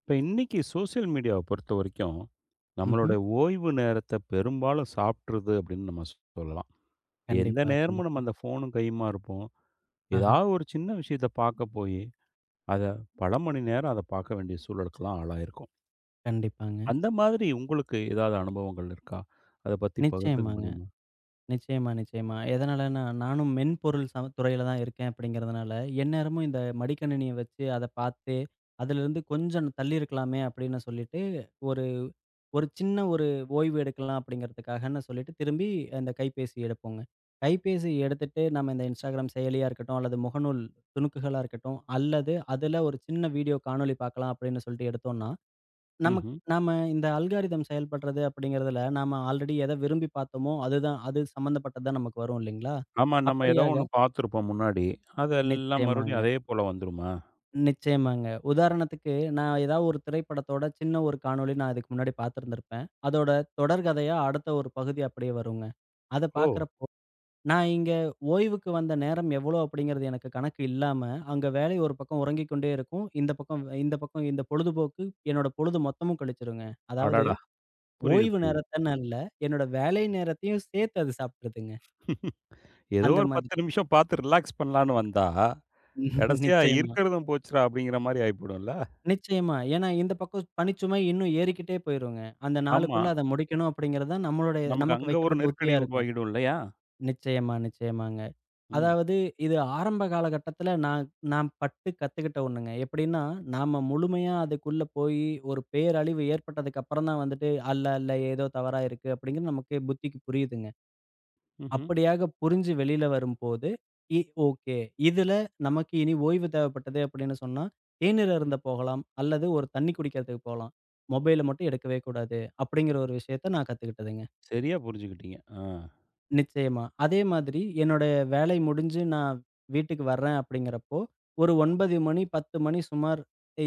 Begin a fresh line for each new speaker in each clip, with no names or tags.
இப்போ இன்னைக்கு சோஷியல் மீடியாவை பொறுத்த வரைக்கும்,
ம்ஹ்ம்.
நம்மளோட ஓய்வு நேரத்த பெரும்பாலும் சாப்பிட்ருது அப்படின்னு நம்ம சொல்லலாம். எந்த
கண்டிப்பா,
நேரமும் நம்ம
கண்டிப்பா.
அந்த ஃபோனும் கையுமா இருப்போம்.
ஆஹா.
ஏதாவது ஒரு சின்ன விஷயத்த பார்க்க போயி, அத பல மணி நேரம் அத பார்க்க வேண்டிய சூழலுக்குலாம் ஆளாயிருக்கோம்.
கண்டிப்பாங்க.
அந்த மாதிரி உங்களுக்கு ஏதாவது அனுபவங்கள் இருக்கா? அத பத்தி பகிர்ந்துக்க
நிச்சயமாங்க.
முடியுமா?
நிச்சயமா, நிச்சயமா. எதனாலன்னா, நானும் மென்பொருள் சம துறையில தான் இருக்கேன் அப்படிங்கிறதுனால, எந்நேரமும் இந்த மடிக்கணினிய வச்சு அத பார்த்து, அதிலிருந்து கொஞ்சம் தள்ளி இருக்கலாமே அப்படின்னு சொல்லிட்டு, ஒரு ஒரு சின்ன ஒரு ஓய்வு எடுக்கலாம் அப்படிங்கிறதுக்காகன்னு சொல்லிட்டு, திரும்பி அந்த கைபேசி எடுப்போங்க. கைபேசி எடுத்துட்டு நம்ம இந்த Instagram செயலியா இருக்கட்டும், அல்லது முகநூல் துணுக்குகளா இருக்கட்டும், அல்லது அதில ஒரு சின்ன வீடியோ காணொளி பார்க்கலாம் அப்படின்னு சொல்லிட்டு எடுத்தோம்னா, நமக்கு
ம்ஹ்ம்.
நாம இந்த அல்காரிதம் செயல்படுறது அப்படிங்கிறதுல, நாம ஆல்ரெடி எத விரும்பி பார்த்தோமோ, அதுதான் அது சம்மந்தப்பட்டது தான் நமக்கு வரும் இல்லைங்களா?
ஆமா. நம்ம ஏதோ
அப்படியாக
ஒண்ணு பார்த்துருப்போம் முன்னாடி. அதெல்லாம்
நிச்சயமாங்க,
மறுபடியும் அதே போல வந்துருமா?
நிச்சயமாங்க. உதாரணத்துக்கு நான் ஏதாவது ஒரு திரைப்படத்தோட சின்ன ஒரு காணொளி நான் இதுக்கு முன்னாடி பார்த்திருந்திருப்பேன். அதோட தொடர் கதையா அடுத்த ஒரு பகுதி அப்படியே வருங்க. அத
ஓ!
பார்க்குறப்போ, நான் இங்க ஓய்வுக்கு வந்த நேரம் எவ்வளோ அப்படிங்கிறது எனக்கு கணக்கு இல்லாம, அங்க வேலை ஒரு பக்கம் உறங்கிக் கொண்டே இருக்கும். இந்த பக்கம் இந்த பொழுதுபோக்கு என்னோட பொழுது மொத்தமும் கழிச்சிருங்க. அதாவது
அடடா! புரியுது,
ஓய்வு
புரியுது.
நேரத்தன்னு அல்ல. என்னோட வேலை நேரத்தையும் சேர்த்து அது சாப்பிட்டுருதுங்க.
ஏதோ
அந்த
ஒரு 10
மாதிரி.
நிமிஷம் பார்த்து ரிலாக்ஸ் பண்ணலான்னு வந்தா கடைசியா
நிச்சயமா,
இருக்கிறதும் போச்சுடா! அப்படிங்கிற மாரி ஆயிப்போயிடும்ல.
நிச்சயமா. ஏன்னா இந்த பக்கம் பணிச்சுமை இன்னும் ஏறிக்கிட்டே போயிருங்க. அந்த
ஆமா.
நாளுக்குள்ள அத முடிக்கணும் அப்படிங்கிறது தான் நம்மளுடைய
நமக்கு
நமக்கு
அங்க ஒரு
வைக்கப்பட்ட உத்தியா
நெருக்கடி
இருக்கும்.
உருவாகிடும் இல்லையா?
நிச்சயமா, நிச்சயமாங்க.
ம்.
அதாவது இது ஆரம்ப காலகட்டத்தில நான் நான் பட்டு கத்துக்கிட்ட ஒண்ணுங்க. எப்படின்னா, நாம முழுமையா அதுக்குள்ள போயி ஒரு பேரழிவு ஏற்பட்டதுக்கு அப்புறம் தான் வந்துட்டு, "அல்ல, அல்ல ஏதோ தவறா இருக்கு" அப்படிங்கிறது நமக்கு புத்திக்கு புரியுதுங்க.
ம்ஹ்ம்.
அப்படியாக புரிஞ்சு வெளியில வரும்போது, இ ஓகே. இதுல நமக்கு இனி ஓய்வு தேவைப்பட்டது அப்படின்னு சொன்னா, தேநீர் அருந்த போகலாம். அல்லது ஒரு தண்ணி குடிக்கிறதுக்கு போலாம். மொபைல மட்டும் எடுக்கவே கூடாது. அப்படிங்கிற ஒரு விஷயத்த நான் கத்துக்கிட்டதுங்க.
சரியா புரிஞ்சுக்கிட்டீங்க. ஆ.
நிச்சயமா. அதே மாதிரி என்னோட வேலை முடிஞ்சு நான் வீட்டுக்கு வர்றேன் அப்படிங்கிறப்போ, ஒரு 9 மணி, 10 மணி சுமார்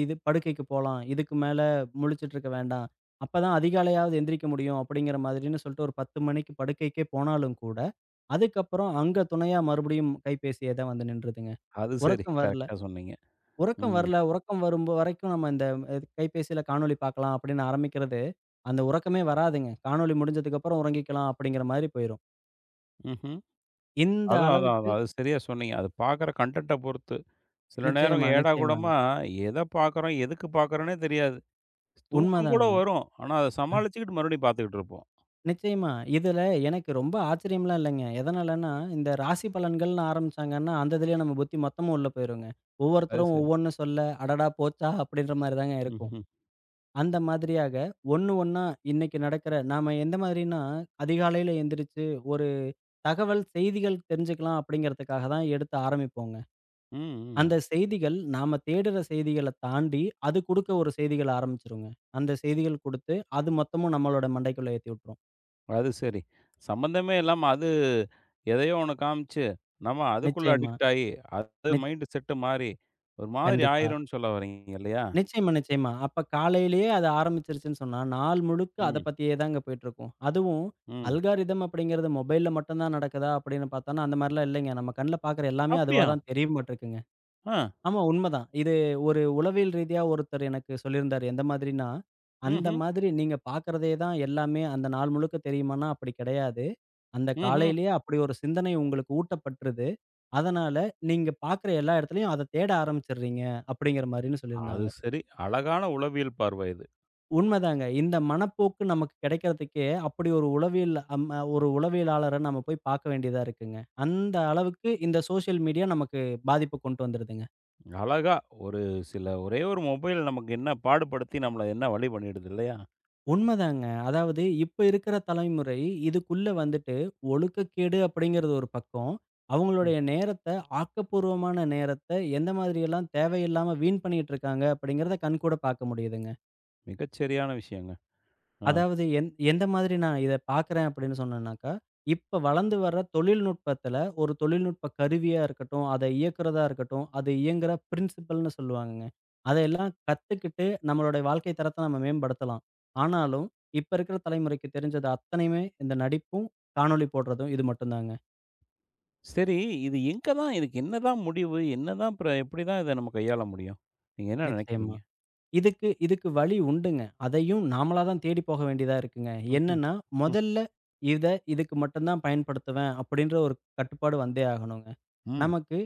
இது படுக்கைக்கு போலாம். இதுக்கு மேல முழிச்சுட்டு இருக்க வேண்டாம். அப்பதான் அதிகாலையாவது எந்திரிக்க முடியும் அப்படிங்கிற மாதிரின்னு சொல்லிட்டு ஒரு 10 மணிக்கு படுக்கைக்கே போனாலும் கூட, அதுக்கப்புறம் அங்க துணையா மறுபடியும் கைபேசியே தான் வந்து நின்றுதுங்க.
அது சரி.
உறக்கம் வரல.
கரெக்ட்டா சொன்னீங்க.
உறக்கம்
ம்.
வரல. உறக்கம் வரும்போ வரைக்கும் நம்ம இந்த கைபேசியில காணொளி பார்க்கலாம் அப்படின்னு ஆரம்பிக்கிறது, அந்த உறக்கமே வராதுங்க. காணொளி முடிஞ்சதுக்கப்புறம் உறங்கிக்கலாம் அப்படிங்கிற மாரி போயிரும்.
ம்ஹ்ம்.
இந்த
அதான், அதான்,
அளவுக்கு
அதான். அது சரியா சொன்னீங்க. அது பார்க்குற கன்டென்ட்ட பொறுத்து. சில நேரம்
நிச்சயமா, நிச்சயமாங்க.
ஏடாகூடமா எத பார்க்குறோம், எதுக்கு பார்க்குறோன்னே தெரியாது. தூக்கம் கூட
உண்மதாங்க.
வரும். ஆனா, அத
அ
சமாளிச்சுக்கிட்டு மறுபடியும் பார்த்துக்கிட்டு இருப்போம்.
நிச்சயமா. இதுல எனக்கு ரொம்ப ஆச்சரியம்லாம் இல்லங்க. எதனாலன்னா, இந்த ராசி பலன்கள்னு ஆரம்பிச்சாங்கன்னா, அந்த இதுலயே நம்ம புத்தி மொத்தமும் உள்ள போயிருங்க.
அது
ஒவ்வொருத்தரும்
சரி.
ஒவ்வொன்னு சொல்ல, "அடடா போச்சா!" அப்படின்ற மாரி தாங்க இருக்கும்.
ம்ஹ்ம்.
அந்த மாதிரியாக ஒண்ணு ஒண்ணா இன்னைக்கு நடக்கிற நாம எந்த மாதிரின்னா, அதிகாலையில எந்திரிச்சு ஒரு தகவல், செய்திகள் தெரிஞ்சுக்கலாம் அப்படிங்கிறதுக்காக தான் எடுத்து ஆரம்பிப்போங்க.
ம்,
அந்த
ம்.
செய்திகள் நாம தேடுற செய்திகள தாண்டி, அது குடுக்க ஒரு செய்திகள ஆரம்பிச்சுருங்க. அந்த செய்திகள் குடுத்து, அது மொத்தமும் நம்மளோட மண்டைக்குள்ள ஏத்தி விட்டுரும்.
அது சரி. சம்மந்தமே இல்லாம அது எதையோ ஒண்ணு காமிச்சு, நம்ம அதுக்குள்ள
நிச்சயமா.
அடிக்ட் ஆயி, அது
நிச்
மைண்ட் செட் மாறி, ஒரு மாதிரி
கண்டிப்பா.
ஆயிரும்னு சொல்ல வர்றீங்க இல்லையா?
நிச்சயமா, நிச்சயமா. அப்ப காலையிலேயே அது ஆரம்பிச்சுருச்சுன்னு சொன்னா, நாள் முழுக்க அத
ம்,
பத்தியே தாங்க போயிட்டுருக்கும். அதுவும்
ம்.
அல்காரிதம் அப்படிங்கிறது மொபைல்ல மட்டும் தான் நடக்குதா அப்படின்னு பார்த்தோம்னா, அந்த மாரிலாம் இல்லைங்க. நம்ம கண்ல பார்க்குற எல்லாமே அதுவா
அப்படியா?
தான் தெரியுமாட்டுருக்குங்க.
ஆ.
ஆமா உண்மதான். இது ஒரு உளவியல் ரீதியா ஒருத்தர் எனக்கு சொல்லியிருந்தாரு. எந்த மாதிரின்னா, அந்த
ம்ஹ்ம்,
மாதிரி நீங்க பார்க்கிறதே தான் எல்லாமே அந்த நாள் முழுக்க தெரியுமான்னா, அப்படி கிடையாது. அந்த
ம்ஹ்ம்.
காலையிலேயே அப்படி ஒரு சிந்தனை உங்களுக்கு ஊட்டப்பட்டுருது. அதனால நீங்க பார்க்குற எல்லா இடத்துலயும் அத தேட ஆரம்பிச்சுடுறீங்க அப்படிங்கிற மாரின்னு
அது
சொல்லியிருந்தாங்க.
சரி. அழகான உளவியல் பார்வை இது.
உண்மதாங்க. இந்த மனப்போக்கு நமக்கு கிடைக்கிறதுக்கே அப்படி ஒரு உளவியல் ஒரு உளவியலாளர நம்ம போய் பார்க்க வேண்டியதா இருக்குங்க. அந்த அளவுக்கு இந்த சோசியல் மீடியா நமக்கு பாதிப்ப கொண்டு வந்துருதுங்க.
அழகா ஒரு சில ஒரே ஒரு மொபைல் நமக்கு என்ன பாடுபடுத்தி நம்மள என்ன வழி பண்ணிடுது இல்லையா?
உண்மதாங்க. அதாவது இப்ப இருக்கிற தலைமுறை இதுக்குள்ள வந்துட்டு ஒழுக்கக்கேடு அப்படிங்கிறது ஒரு பக்கம்,
ம்.
அவங்களுடைய நேரத்த ஆக்கப்பூர்வமான நேரத்த எந்த மாதிரியெல்லாம் தேவையில்லாம வீண் பண்ணிட்டு இருக்காங்க அப்படிங்கிறத கண்கூட பார்க்க முடியுதுங்க.
மிகச்சரியான விஷயங்க. ஆ.
அதாவது எந்த மாதிரி நான் இத பார்க்குறேன் அப்படின்னு சொன்னேன்னாக்கா, இப்ப வளர்ந்து வர்ற தொழில்நுட்பத்துல ஒரு தொழில்நுட்ப கருவியா இருக்கட்டும், அத இயக்குறதா இருக்கட்டும், அது இயங்குற பிரின்சிபல்ன்னு சொல்லுவாங்கங்க. அதையெல்லாம் கத்துக்கிட்டு நம்மளுடைய வாழ்க்கை தரத்த நம்ம மேம்படுத்தலாம். ஆனாலும், இப்ப இருக்கிற தலைமுறைக்கு தெரிஞ்சது அத்தனையுமே இந்த நடிப்பும், காணொளி போடுறதும் இது மட்டும் தாங்க.
சரி, இது எங்க தான் இதுக்கு என்னதான் முடிவு? என்னதான் அப்புறம் எப்படி தான் இத நம்ம கையாள முடியும்? நீங்க என்ன
நிச்சயமா.
நினைக்கிறீங்க?
இதுக்கு இதுக்கு வழி உண்டுங்க. அதையும் நாமளா தான் தேடி போக வேண்டியதா இருக்குங்க.
ம்ஹ்ம். ம்.
என்னன்னா, முதல்ல இத இதுக்கு மட்டும் தான் பயன்படுத்துவேன் அப்படின்ற ஒரு கட்டுப்பாடு வந்தே ஆகணுங்க.
ம்.
நமக்கு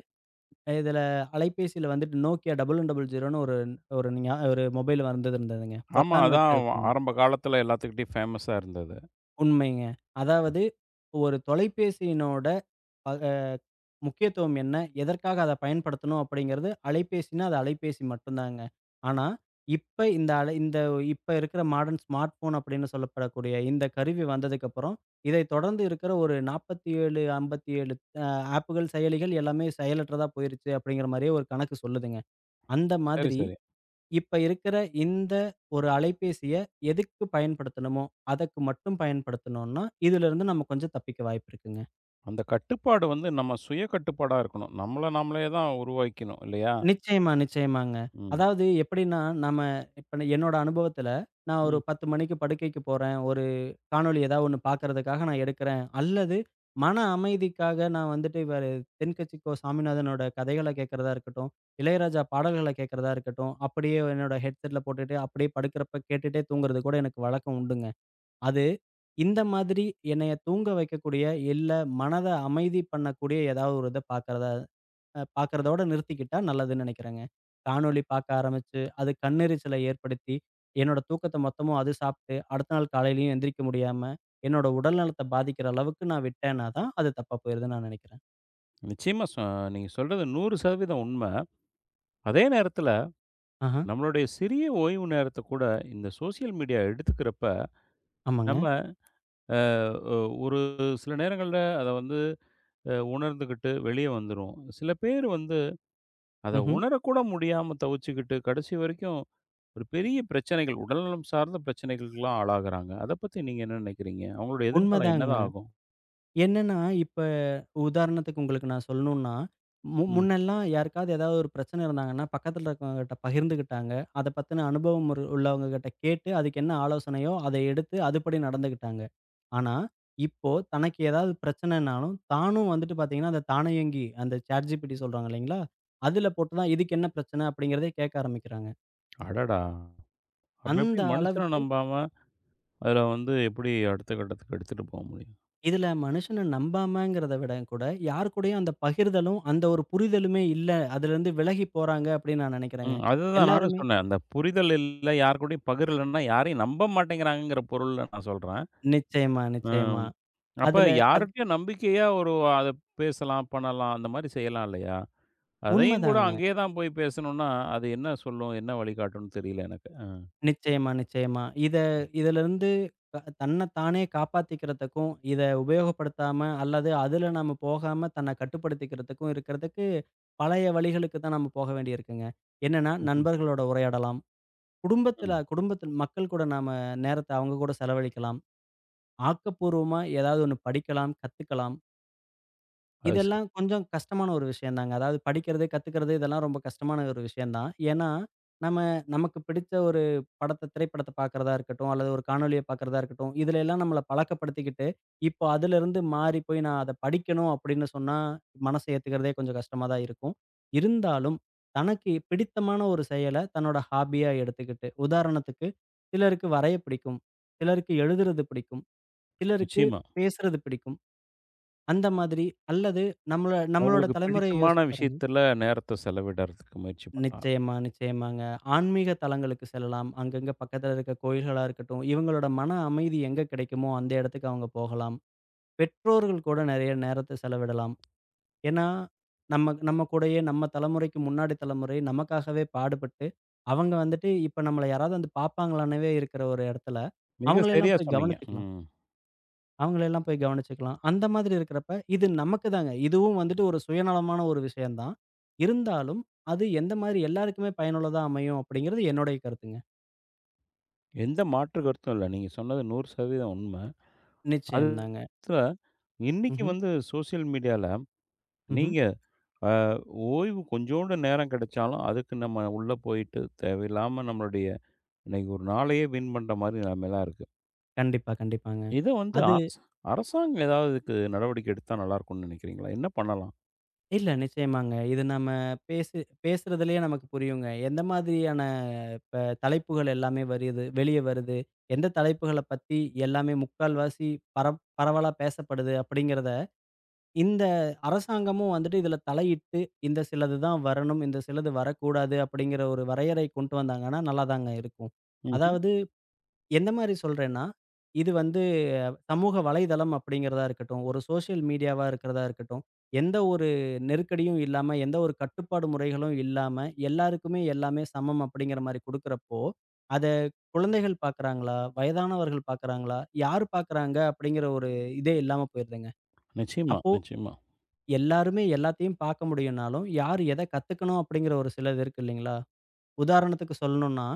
இதில அலைபேசியில வந்துட்டு Nokia 0000ன்னு ஒரு ஒரு ஞா ஒரு மொபைல் வந்தது இருந்ததுங்க.
ஆமா.
பொத்தான்
அதான்
வச்சிருக்குங்க.
ஆரம்ப காலத்துல எல்லாத்துக்கிட்டயும் ஃபேமஸா இருந்தது.
உண்மைங்க. அதாவது ஒரு தொலைபேசியினோட ப முக்கியத்துவம் என்ன? எதற்காக அத பயன்படுத்தணும் அப்படிங்கிறது அலைபேசினா, அது அலைபேசி மட்டுந்தாங்க. ஆனா, இப்ப இந்த அலை இந்த இப்ப இருக்கிற மாடர்ன் ஸ்மார்ட் ஃபோன் அப்படின்னு சொல்லப்படக்கூடிய இந்த கருவி வந்ததுக்கப்புறம், இதை தொடர்ந்து இருக்கிற ஒரு 47, 57 அ ஆப்புகள், செயலிகள் எல்லாமே செயலற்றதா போயிருச்சு அப்படிங்கிற மாரியே ஒரு கணக்கு சொல்லுதுங்க. அந்த
சரி,
மாதிரி
சரி.
இப்ப இருக்கிற இந்த ஒரு அலைபேசிய எதுக்கு பயன்படுத்தணுமோ, அதற்கு மட்டும் பயன்படுத்தணும்னா, இதிலிருந்து நம்ம கொஞ்சம் தப்பிக்க வாய்ப்பு இருக்குங்க.
அந்த கட்டுப்பாடு வந்து நம்ம சுய கட்டுப்பாடா இருக்கணும். நம்மள நாமளே தான் உருவாக்கிக்கணும் இல்லையா?
நிச்சயமா, நிச்சயமாங்க.
ம்.
அதாவது எப்படின்னா, நம்ம இப்ப என்னோட அனுபவத்துல, நான் ஒரு
ம்.
10 மணிக்கு படுக்கைக்கு போறேன். ஒரு காணொளி ஏதாவது ஒண்ணு பார்க்கறதுக்காக நான் எடுக்கிறேன். அல்லது மன அமைதிக்காக நான் வந்துட்டு இவரு தென்கட்சிக்கோ சாமிநாதனோட கதைகள கேட்கிறதா இருக்கட்டும், இளையராஜா பாடல்கள கேட்கிறதா இருக்கட்டும், அப்படியே என்னோட ஹெட்செட்ல போட்டுட்டு அப்படியே படுக்கிறப்ப கேட்டுட்டே தூங்குறது கூட எனக்கு வழக்கம் உண்டுங்க. அது இந்த மாதிரி என்னைய தூங்க வைக்கக்கூடிய, இல்ல மனத அமைதி பண்ணக்கூடிய ஏதாவது ஒரு இத பார்க்கிறதா பார்க்கிறதோட நிறுத்திக்கிட்டா நல்லதுன்னு நினைக்கிறேங்க. காணொளி பார்க்க ஆரம்பிச்சு, அது கண்ணெரிச்சலை ஏற்படுத்தி, என்னோட தூக்கத்த மொத்தமும் அது சாப்பிட்டு, அடுத்த நாள் காலையிலயும் எந்திரிக்க முடியாம, என்னோட உடல் நலத்த பாதிக்கிற அளவுக்கு நான் விட்டேன்னா தான், அது தப்பா போயிருதுன்னு நான் நினைக்கிறேன்.
நிச்சயமா நீங்க சொல்றது 100% உண்ம. அதே நேரத்துல
ஆஹ,
நம்மளுடைய சிறிய ஓய்வு நேரத்த கூட இந்த சோசியல் மீடியா எடுத்துக்கிறப்ப,
ஆமாங்க.
நம்ம அ ஒரு சில நேரங்கள்ல அத வந்து உணர்ந்துகிட்டு வெளிய வந்துருவோம். சில பேர் வந்து அத
ம்ஹ்ம்.
உணரக்கூட முடியாம தவிச்சுக்கிட்டு கடைசி வரைக்கும் ஒரு பெரிய பிரச்சனைகள், உடல்நலம் சார்ந்த பிரச்சனைகளுக்குலாம் ஆளாகுறாங்க. அத பத்தி நீங்க என்ன நினைக்கிறீங்க? அவங்களோட எதிர்காலம்
உண்மதாங்க.
என்னதான் ஆகும்?
என்னன்னா இப்ப உதாரணத்துக்கு உங்களுக்கு நான் சொல்லணும்னா,
ம்.
முன்னெல்லாம் யாருக்காவது ஏதாவது ஒரு பிரச்சனை இருந்தாங்கன்னா, பக்கத்துல இருக்கிறவங்ககிட்ட பகிர்ந்துக்கிட்டாங்க. அத பத்தின அனுபவம் ஒரு உள்ளவங்ககிட்ட கேட்டு, அதுக்கு என்ன ஆலோசனையோ அத எடுத்து அதுபடி நடந்துக்கிட்டாங்க. ஆனா, இப்போ தனக்கு ஏதாவது பிரச்சனைனாலும், தானும் வந்துட்டு பாத்தீங்கன்னா, அந்த தானியங்கி அந்த ChatGPT சொல்றாங்க இல்லைங்களா? அதுல போட்டு தான் இதுக்கு என்ன பிரச்சனை? அப்படிங்கிறதே கேட்க ஆரம்பிக்கிறாங்க.
அடடா! அப்ப
அந்த
எப்படி மனுஷன
அளவுக்கு
நம்பாம, அதுல வந்து எப்படி அடுத்த கட்டத்துக்கு எடுத்துட்டு போக முடியும்?
இதுல மனுஷன நம்பாமங்கிறத விட கூட, யார் கூடயும் அந்த பகிர்தலும், அந்த ஒரு புரிதலுமே இல்ல. அதுலருந்து விலகி போறாங்க அப்படின்னு நான் நெனைக்கிறேங்க.
ம். அதுதான் நானும்
எல்லாருமே
சொன்னேன். அந்த புரிதல் இல்ல, யார் கூடயும் பகிரலன்னா, யாரையும் நம்ப மாட்டேங்கிறாங்கங்கிற பொருள்ல நான் சொல்றேன்.
நிச்சயமா, நிச்சயமா.
ம். அப்ப
அதுல அது
யார்ட்டயும் நம்பிக்கையா அத பேசலாம், பண்ணலாம். அந்த மாரி செய்யலாம் இல்லையா? அதையும் கூட
உண்மதாங்க.
அங்கேயே தான் போய் பேசணும்னா, அது என்ன சொல்லும்? என்ன வழிகாட்டும்னு தெரியல எனக்கு.
நிச்சயமா, நிச்சயமா. இதுலருந்து தன்ன தானே காப்பாத்திக்கிறதுக்கும், இத உபயோகப்படுத்தாம அல்லது அதுல நாம போகாம தன்ன கட்டுப்படுத்திக்கிறதுக்கும் இருக்கிறதுக்கு, பழைய வழிகளுக்கு தான் நம்ம போக வேண்டியிருக்குங்க. என்னன்னா,
ம்ஹ்ம்.
நண்பர்களோட உரையாடலாம். குடும்பத்தில
ம்.
குடும்பத்தில் மக்கள் கூட நாம நேரத்த அவங்க கூட செலவழிக்கலாம். ஆக்கப்பூர்வமா ஏதாவது ஒண்ணு படிக்கலாம், கத்துக்கலாம்.
அது
இதெல்லாம் கொஞ்சம் கஷ்டமான ஒரு விஷயம் தாங்க. அதாவது படிக்கிறது, கத்துக்கிறது இதெல்லாம் ரொம்ப கஷ்டமான ஒரு விஷயம் தான். ஏன்னா, நம்ம நமக்கு பிடிச்ச ஒரு திரைப்படத்த பார்க்கிறதா இருக்கட்டும், அல்லது ஒரு காணொளிய பார்க்கிறதா இருக்கட்டும், இதுல எல்லாம் நம்மள பழக்கப்படுத்திக்கிட்டு, இப்போ அதிலிருந்து மாறி போய் நான் அத படிக்கணும் அப்படின்னு சொன்னா, மனச ஏத்துக்கிறதே கொஞ்சம் கஷ்டமா தான் இருக்கும். இருந்தாலும், தனக்கு பிடித்தமான ஒரு செயல தன்னோட ஹாபியா எடுத்துக்கிட்டு, உதாரணத்துக்கு சிலருக்கு வரைய பிடிக்கும், சிலருக்கு எழுதுறது பிடிக்கும். சிலருக்கு
நிச்சயமா.
பேசுறது பிடிக்கும். அந்த மாதிரி அல்லது நம்மள நம்மளோட
அவங்களுக்கு
தலைமுறைய
பிடித்தமான
யோசிச்சு பாருங்க.
விஷயத்துல நேரத்த செலவிடறதுக்கு முயற்சி பண்றாங்க.
நிச்சயமா, நிச்சயமாங்க. ஆன்மீக தலங்களுக்கு செல்லலாம். அங்கங்க பக்கத்துல இருக்க கோயில்களா இருக்கட்டும், இவங்களோட மன அமைதி எங்க கிடைக்குமோ அந்த இடத்துக்கு அவங்க போகலாம். பெற்றோர்கள் கூட நெறைய நேரத்த செலவிடலாம். ஏன்னா, நம்ம நம்ம கூடயே நம்ம தலைமுறைக்கு முன்னாடி தலைமுறை நமக்காகவே பாடுபட்டு, அவங்க வந்துட்டு இப்ப நம்மள யாராவது வந்து பார்ப்பாங்களான்னவே இருக்கிற ஒரு இடத்துல,
மிக
அவங்கள
சரியா
எல்லாம் போய்
சொன்னீங்க.
கவனிச்சுக்கலாம்.
ம்.
அவங்களெல்லாம் போய் கவனிச்சுக்கலாம். அந்த மாதிரி இருக்கிறப்ப, இது நமக்கு தாங்க. இதுவும் வந்துட்டு ஒரு சுயநலமான ஒரு விஷயம் தான். இருந்தாலும், அது எந்த மாதிரி எல்லாருக்குமே பயனுள்ளதா அமையும் அப்படிங்கிறது என்னுடைய கருத்துங்க.
எந்த மாற்று கருத்தும் இல்ல. நீங்க சொன்னது 100% உண்ம. அது
நிச்சயம் தாங்க.
போக இன்னைக்கு
ம்ஹ்ம்.
வந்து சோசியல் மீடியால
ம்ஹ்ம்.
நீங்க அ ஓய்வு கொஞ்சோண்டு நேரம் கிடைச்சாலும், அதுக்கு நம்ம உள்ள போயிட்டு தேவையில்லாம நம்மளுடைய இன்னைக்கு ஒரு நாளையே வீண் பண்ற மாரி நிலைமைலாம் இருக்கு.
கண்டிப்பா, கண்டிப்பாங்க.
இத வந்து
அது
அரசாங்கம் ஏதாவது இதுக்கு நடவடிக்கை எடுத்தா நல்லா இருக்கும்னு நினைக்கிறீங்களா? என்ன பண்ணலாம்?
இல்ல நிச்சயமாங்க. இது நம்ம பேசு பேசுறதிலேயே நமக்கு புரியுங்க. எந்த மாதிரியான இப்ப தலைப்புகள் எல்லாமே வருது வெளிய வருது. எந்த தலைப்புகள பத்தி எல்லாமே முக்கால்வாசி பரவலா பேசப்படுது அப்படிங்கிறத இந்த அரசாங்கமும் வந்துட்டு இதுல தலையிட்டு, இந்த சிலது தான் வரணும், இந்த சிலது வரக்கூடாது அப்படிங்கிற ஒரு வரையறை கொண்டு வந்தாங்கன்னா, நல்லாதாங்க இருக்கும்.
ம்ஹ்ம்.
அதாவது எந்த மாரி சொல்றேன்னா, இது வந்து சமூக வலைதளம் அப்படிங்கிறதா இருக்கட்டும், ஒரு சோஷியல் மீடியாவா இருக்கிறதா இருக்கட்டும், எந்த ஒரு நெருக்கடியும் இல்லாம, எந்த ஒரு கட்டுப்பாடு முறைகளும் இல்லாம, எல்லாருக்குமே எல்லாமே சமம் அப்படிங்கிற மாரி குடுக்குறப்போ, அத குழந்தைகள் பார்க்குறாங்களா? வயதானவர்கள் பார்க்குறாங்களா? யார் பார்க்குறாங்க? அப்படிங்கிற ஒரு இதே இல்லாம போயிருதுங்க.
நிச்சயமா,
அப்போ
நிச்சயமா.
எல்லாருமே எல்லாத்தையும் பார்க்க முடியும்னாலும், யார் எத கத்துக்கணும் அப்படிங்கிற ஒரு சிலது இருக்கு இல்லைங்களா? உதாரணத்துக்கு சொல்லணும்னா,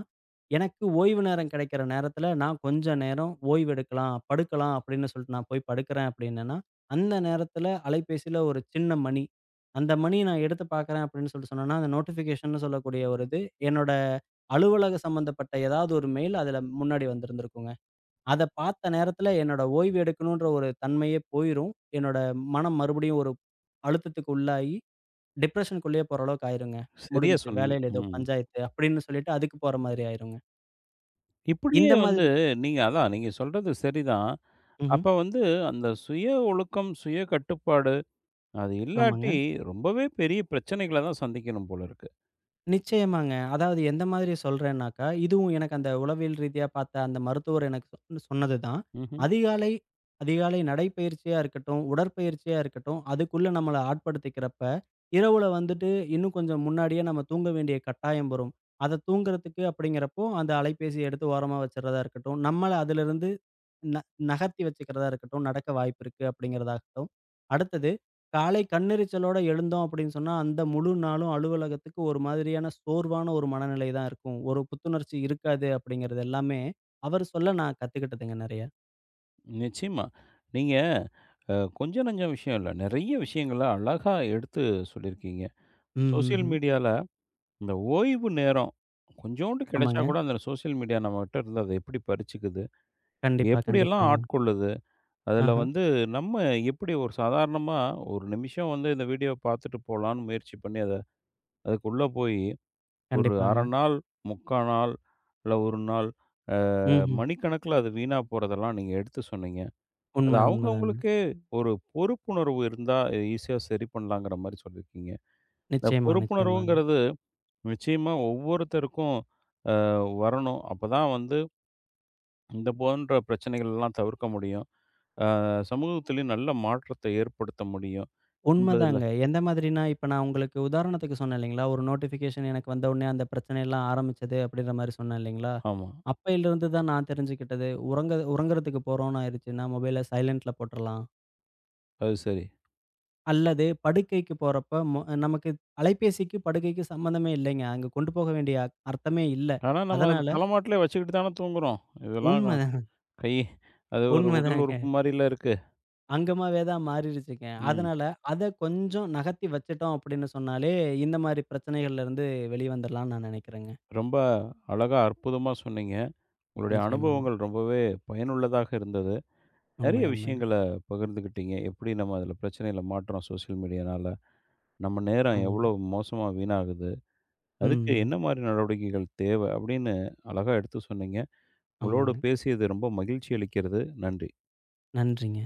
எனக்கு ஓய்வு நேரம் கிடைக்கிற நேரத்தில நான் கொஞ்ச நேரம் ஓய்வு எடுக்கலாம், படுக்கலாம் அப்படின்னு சொல்லிட்டு நான் போய் படுக்கிறேன் அப்படின்னேன்னா, அந்த நேரத்தில அலைபேசியில ஒரு சின்ன மணி. அந்த மணி நான் எடுத்து பார்க்குறேன் அப்படின்னு சொல்லிட்டு சொன்னேன்னா, அந்த நோட்டிஃபிகேஷன்னு சொல்லக்கூடிய ஒரு இது, என்னோட அலுவலக சம்மந்தப்பட்ட ஏதாவது ஒரு மெயில் அதில முன்னாடி வந்திருந்திருக்குங்க. அத பார்த்த நேரத்துல என்னோட ஓய்வு எடுக்கணுன்ற ஒரு தன்மையே போயிரும். என்னோட மனம் மறுபடியும் ஒரு அழுத்தத்துக்கு உள்ளாகி, டிப்ரஷனுக்குள்ளேயே போற அளவுக்கு ஆயிருங்க.
சரியா
முடிஞ்சுச்சு.
சொன்னீங்க.
வேலையில ஏதோ
ம்.
பஞ்சாயத்து அப்படின்னு சொல்லிட்டு அதுக்கு போற மாதிரி ஆயிருங்க.
இப்படியே
இந்த
வந்து
மாதிரி
நீங்க அதான் நீங்க சொல்றது சரிதான்.
ம்ஹ்ம்.
அப்ப வந்து அந்த சுய ஒழுக்கம், சுய கட்டுப்பாடு அது
ஆமாங்க.
இல்லாட்டி ரொம்பவே பெரிய பிரச்சனைகள தான் சந்திக்கணும் போல இருக்கு.
நிச்சயமாங்க. அதாவது எந்த மாதிரி சொல்றேன்னாக்கா, இதுவும் எனக்கு அந்த உளவியல் ரீதியா பார்த்த அந்த மருத்துவர் எனக்கு சொன்னது தான்.
ம்ஹ்ம்.
அதிகாலை அதிகாலை நடைப்பயிற்சியா இருக்கட்டும், உடற்பயிற்சியா இருக்கட்டும், அதுக்குள்ள நம்மள ஆட்படுத்திக்கிறப்ப, இரவுல வந்துட்டு இன்னும் கொஞ்சம் முன்னாடியே நம்ம தூங்க வேண்டிய கட்டாயம் வரும். அத தூங்குறதுக்கு அப்படிங்கிறப்போ, அந்த அலைபேசிய எடுத்து ஓரமா வச்சுறதா இருக்கட்டும், நம்மள அதிலிருந்து ந நகர்த்தி வச்சுக்கிறதா இருக்கட்டும், நடக்க வாய்ப்பு இருக்கு அப்படிங்கிறதாகட்டும். அடுத்தது காலை கண்ணெரிச்சலோட எழுந்தோம் அப்படின்னு சொன்னா, அந்த முழு நாளும் அலுவலகத்துக்கு ஒரு மாதிரியான சோர்வான ஒரு மனநிலை தான் இருக்கும். ஒரு புத்துணர்ச்சி இருக்காது அப்படிங்கிறது எல்லாமே, அவர் சொல்ல நான் கத்துக்கிட்டதுங்க நெறைய.
நிச்சயமா. நீங்க கொஞ்சம் நஞ்சம் விஷயம் இல்ல. நெறைய விஷயங்கள அழகா எடுத்து சொல்லியிருக்கீங்க.
ம், ம்,
சோசியல்
ம்.
மீடியால இந்த ஓய்வு நேரம் கொஞ்சோண்டு கிடைச்சா
ஆமாங்க.
கூட அந்த சோசியல் மீடியா நம்மகிட்ட இருந்து அத எப்படி பறிச்சுக்குது?
கண்டிப்பா,
எப்படியெல்லாம்
கண்டிப்பாங்க.
ஆட்கொள்ளுது? அதில
ஆஹ.
வந்து நம்ம எப்படி ஒரு சாதாரணமா ஒரு நிமிஷம் வந்து இந்த வீடியோ பார்த்துட்டு போலான்னு முயற்சி பண்ணி, அத அதுக்குள்ள போய் ஒரு
கண்டிப்பாங்க.
1/2 நாள், 3/4 நாள், இல்ல 1 நாள் அ
ம்ஹ்ம்.
மணிக்கணக்கில அது வீணா போறதெல்லாம் நீங்க எடுத்து சொன்னீங்க. அது
உண்ம, உண்மதாங்க.
அவங்கவங்களுக்கே ஒரு பொறுப்புணர்வு இருந்தா ஈஸியா சரி பண்ணலாங்கிற மாரி சொல்லியிருக்கீங்க. இந்த
நிச்சயமா, நிச்சயமாங்க.
பொறுப்புணர்வுங்கிறது நிச்சயமா ஒவ்வொருத்தருக்கும் அ வரணும். அப்பதான் வந்து இந்த போன்ற பிரச்சனைகள் எல்லாம் தவிர்க்க முடியும். அ சமூகத்திலயும் நல்ல மாற்றத்தை ஏற்படுத்த முடியும் என்பதில
உண்மதாங்க. எந்த மாதிரினா, இப்ப நான் உங்களுக்கு உதாரணத்துக்கு சொன்னேன் இல்லைங்களா? ஒரு நோட்டிஃபிகேஷன் எனக்கு வந்தவுடனே அந்த பிரச்சனைலாம் ஆரம்பிச்சது அப்படின்ற மாரி சொன்னேன் இல்லைங்களா?
ஆமா.
அப்பையிலிருந்து தான் நான் தெரிஞ்சுக்கிட்டது. உறங்குறதுக்கு போறோம்ன்னு ஆயிருச்சுன்னா, மொபைல சைலன்ட்ல போட்டுறலாம்.
அது சரி.
அல்லது படுக்கைக்கு போறப்ப நமக்கு அலைபேசிக்கு, படுக்கைக்கு சம்மந்தமே இல்லைங்க. அங்க கொண்டு போக வேண்டிய அர்த்தமே இல்ல.
ஆனா நம்ம அத
அதனால
தலைமாட்டிலே வச்சுக்கிட்டு தானே தூங்குறோம். இதெல்லாம்
உண்மதான்
கை அது ஒரு உடல்
உண்மதாங்க.
உறுப்பு மாரில இருக்கு.
அங்கமாவே தான் மாறிருச்சுங்க.
ம்.
அதனால அத கொஞ்சம் நகர்த்தி வச்சுட்டோம் அப்படின்னு சொன்னாலே, இந்த மாரி பிரச்சனைகள்லருந்து வெளிய வந்துரலாம்ன்னு நான் நெனைக்கிறேங்க.
ரொம்ப அழகா அற்புதமா சொன்னீங்க. உங்களுடைய
நிச்சயமாங்க.
அனுபவங்கள் ரொம்பவே பயனுள்ளதாக இருந்தது.
உண்மை,
நெறைய
உண்மைங்க.
விஷயங்கள பகிர்ந்துக்கிட்டீங்க. எப்படி நம்ம அதில பிரச்சனையில மாட்றோம் சோசியல் மீடியானால. நம்ம நேரம்
ஆமாங்க.
எவ்வளோ மோசமா வீணாகுது.
ம்,
அதுக்கு
ம்.
என்ன மாரி நடவடிக்கைகள் தேவை அப்படின்னு அழகா எடுத்து சொன்னீங்க. உங்களோடு
ஆமாங்க.
பேசியது ரொம்ப மகிழ்ச்சி அளிக்கிறது. நன்றி.
நன்றிங்க.